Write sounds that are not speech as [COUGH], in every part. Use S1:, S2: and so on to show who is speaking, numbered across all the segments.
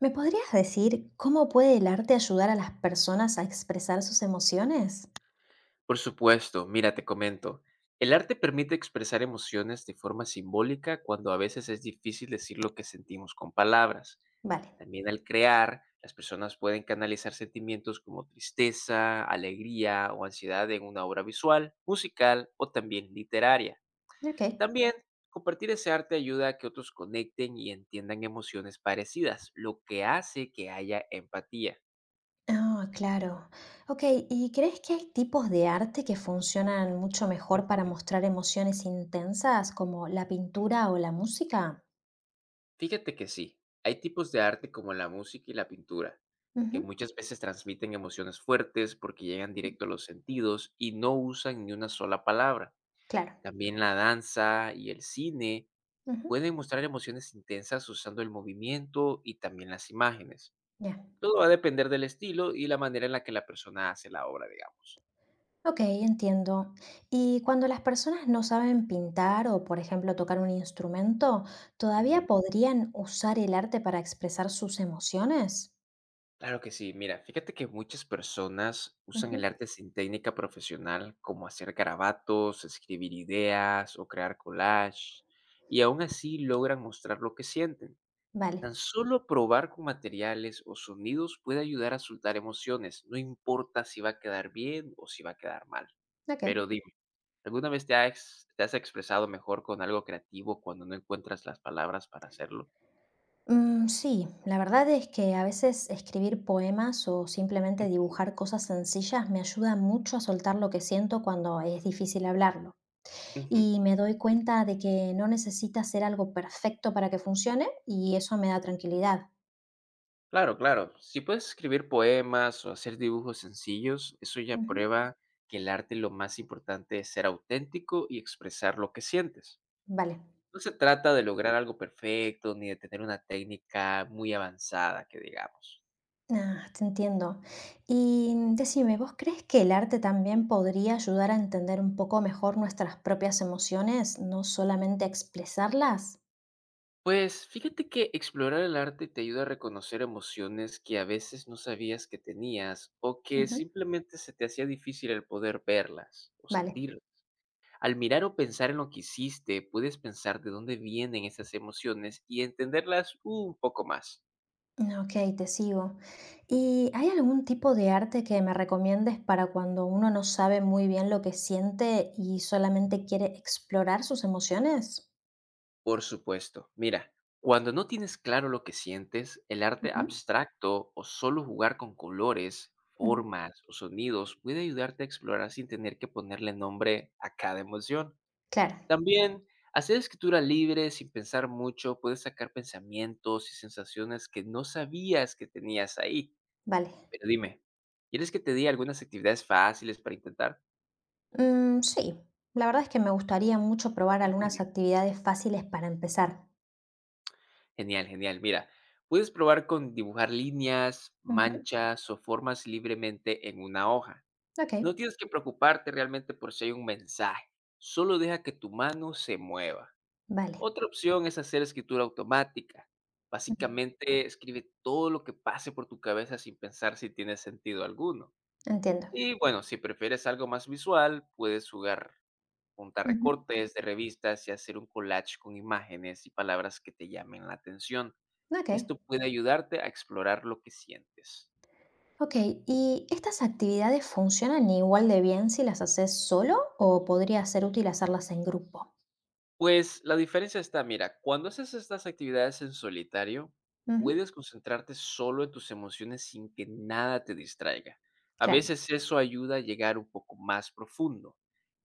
S1: ¿Me podrías decir cómo puede el arte ayudar a las personas a expresar sus emociones?
S2: Por supuesto, mira, te comento. El arte permite expresar emociones de forma simbólica cuando a veces es difícil decir lo que sentimos con palabras.
S1: Vale,
S2: También al crear, las personas pueden canalizar sentimientos como tristeza, alegría o ansiedad en una obra visual, musical o también literaria.
S1: ok.
S2: También, compartir ese arte ayuda a que otros conecten y entiendan emociones parecidas, lo que hace que haya empatía.
S1: Ah, claro. Ok, ¿y crees que hay tipos de arte que funcionan mucho mejor para
S2: Ujú.
S1: mostrar emociones intensas, como la pintura o la música?
S2: Fíjate que sí, hay tipos de arte como la música y la pintura, que
S1: Ujú,
S2: muchas veces transmiten emociones fuertes porque llegan directo a los sentidos y no usan ni una sola palabra.
S1: claro.
S2: También la danza y el cine
S1: Ujú,
S2: pueden mostrar emociones intensas usando el movimiento y también las imágenes.
S1: ya.
S2: Todo va a depender del estilo y la manera en la que la persona hace la obra, digamos.
S1: Ok, entiendo. ¿Y cuando las personas no saben pintar o, por ejemplo, tocar un instrumento, todavía
S2: Ujú.
S1: podrían usar el arte para expresar sus emociones?
S2: Claro que sí. Mira, fíjate que muchas personas usan el
S1: Ujú.
S2: arte sin técnica profesional, como hacer garabatos, escribir ideas o crear collage, y aún así logran mostrar lo que sienten.
S1: Vale,
S2: Tan solo probar con materiales o sonidos puede ayudar a soltar emociones, no importa si va a quedar bien o si va a quedar mal.
S1: ok.
S2: Pero dime, ¿alguna vez te has expresado mejor con algo creativo cuando no encuentras las palabras para hacerlo?
S1: Sí, la verdad es que a veces escribir poemas o simplemente
S2: Ujú,
S1: dibujar cosas sencillas me ayuda mucho a soltar lo que siento cuando es difícil hablarlo.
S2: ujú.
S1: Y me doy cuenta de que no necesita ser algo perfecto para que funcione y eso me da tranquilidad.
S2: Claro, claro. Si puedes escribir poemas o hacer dibujos sencillos, eso ya
S1: Ujú.
S2: prueba que el arte lo más importante es ser auténtico y expresar lo que sientes.
S1: Vale.
S2: No se trata de lograr algo perfecto ni de tener una técnica muy avanzada, que digamos.
S1: Ah, te entiendo. Y decime, ¿vos crees que el arte también podría ayudar a entender un poco mejor nuestras propias emociones, no solamente a expresarlas?
S2: Pues fíjate que explorar el arte te ayuda a reconocer emociones que a veces no sabías que tenías o que
S1: Ujú.
S2: simplemente se te hacía difícil el poder verlas o
S1: Vale.
S2: sentirlas. Al mirar o pensar en lo que hiciste, puedes pensar de dónde vienen esas emociones y entenderlas un poco más.
S1: Ok, te sigo. ¿Y hay algún tipo de arte que me recomiendes para cuando uno no sabe muy bien lo que siente y solamente quiere explorar sus emociones?
S2: Por supuesto, mira, cuando no tienes claro lo que sientes, el arte
S1: Ujú.
S2: abstracto o solo jugar con colores,
S1: Mm,
S2: formas o sonidos puede ayudarte a explorar sin tener que ponerle nombre a cada emoción.
S1: Claro,
S2: También, hacer escritura libre sin pensar mucho puede sacar pensamientos y sensaciones que no sabías que tenías ahí.
S1: vale.
S2: Pero dime, ¿quieres que te diga algunas actividades fáciles para intentar?
S1: Sí, la verdad es que me gustaría mucho probar
S2: Ujú.
S1: algunas
S2: [LAUGHS]
S1: actividades fáciles para empezar.
S2: Genial, genial. Mira, puedes probar con dibujar líneas,
S1: Ujú,
S2: manchas o formas libremente en una hoja.
S1: ok,
S2: No tienes que preocuparte realmente por si hay un mensaje. Solo deja que tu mano se mueva.
S1: vale.
S2: Otra opción es hacer escritura automática.
S1: Mm,
S2: Básicamente escribe todo lo que pase por tu cabeza sin pensar si tiene sentido alguno.
S1: Entiendo.
S2: Y bueno, si prefieres algo más visual, puedes jugar juntar
S1: Ujú,
S2: recortes de revistas y hacer un collage con imágenes y palabras que te llamen la atención.
S1: ok,
S2: Esto puede ayudarte a explorar lo que sientes.
S1: ok. ¿Y estas actividades funcionan igual de bien si las haces solo o podría ser útil hacerlas en grupo?
S2: Pues la diferencia está, mira, cuando haces estas actividades en solitario,
S1: Ujú,
S2: puedes concentrarte solo en tus emociones sin que nada te distraiga. A
S1: claro,
S2: veces eso ayuda a llegar un poco más profundo.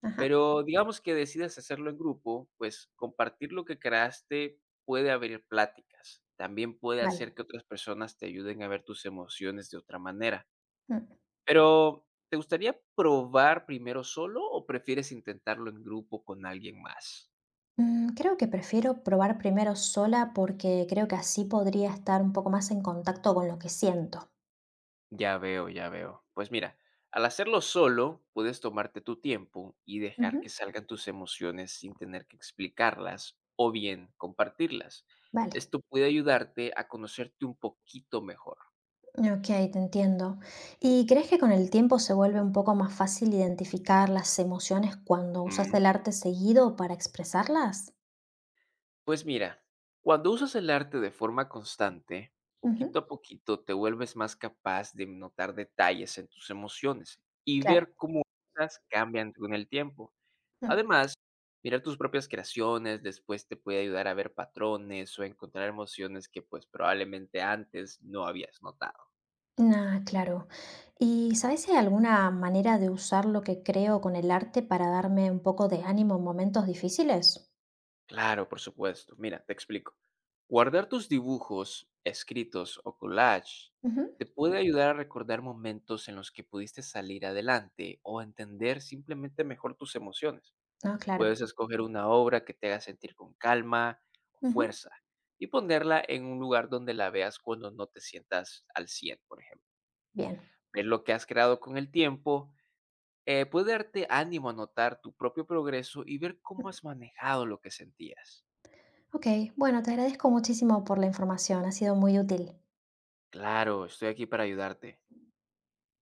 S1: ajá,
S2: Pero digamos que decidas hacerlo en grupo, pues compartir lo que creaste puede abrir pláticas. También puede
S1: vale.
S2: hacer que otras personas te ayuden a ver tus emociones de otra manera.
S1: Mm.
S2: Pero, ¿te gustaría probar primero solo o prefieres intentarlo en grupo con alguien más?
S1: Creo que prefiero probar primero sola porque creo que así podría estar un poco más en contacto con lo que siento.
S2: Ya veo, ya veo. Pues mira, al hacerlo solo, puedes tomarte tu tiempo y dejar
S1: Ujú,
S2: que salgan tus emociones sin tener que explicarlas o bien compartirlas.
S1: vale,
S2: Esto puede ayudarte a conocerte un poquito mejor.
S1: ok, te entiendo. ¿Y crees que con el tiempo se vuelve un poco más fácil identificar las emociones cuando usas el arte seguido para expresarlas?
S2: Pues mira, cuando usas el arte de forma constante, poquito
S1: Ujú,
S2: a poquito te vuelves más capaz de notar detalles en tus emociones y
S1: claro.
S2: ver cómo estas cambian con el tiempo. Además, mirar tus propias creaciones después te puede ayudar a ver patrones o encontrar emociones que pues probablemente antes no habías notado.
S1: Ah, claro. ¿Y sabes si hay alguna manera de usar lo que creo con el arte para darme un poco de ánimo en momentos difíciles?
S2: Claro, por supuesto. Mira, te explico. Guardar tus dibujos, escritos o collage te puede ayudar a recordar momentos en los que pudiste salir adelante o entender simplemente mejor tus emociones.
S1: Ah, claro.
S2: Puedes escoger una obra que te haga sentir con calma o
S1: Ujú,
S2: fuerza y ponerla en un lugar donde la veas cuando no te sientas al 100, por ejemplo.
S1: bien.
S2: Ver lo que has creado con el tiempo puede darte ánimo a notar tu propio progreso y ver cómo has manejado lo que sentías.
S1: Ok, bueno, te agradezco muchísimo por la información, ha sido muy útil.
S2: Claro, estoy aquí para ayudarte.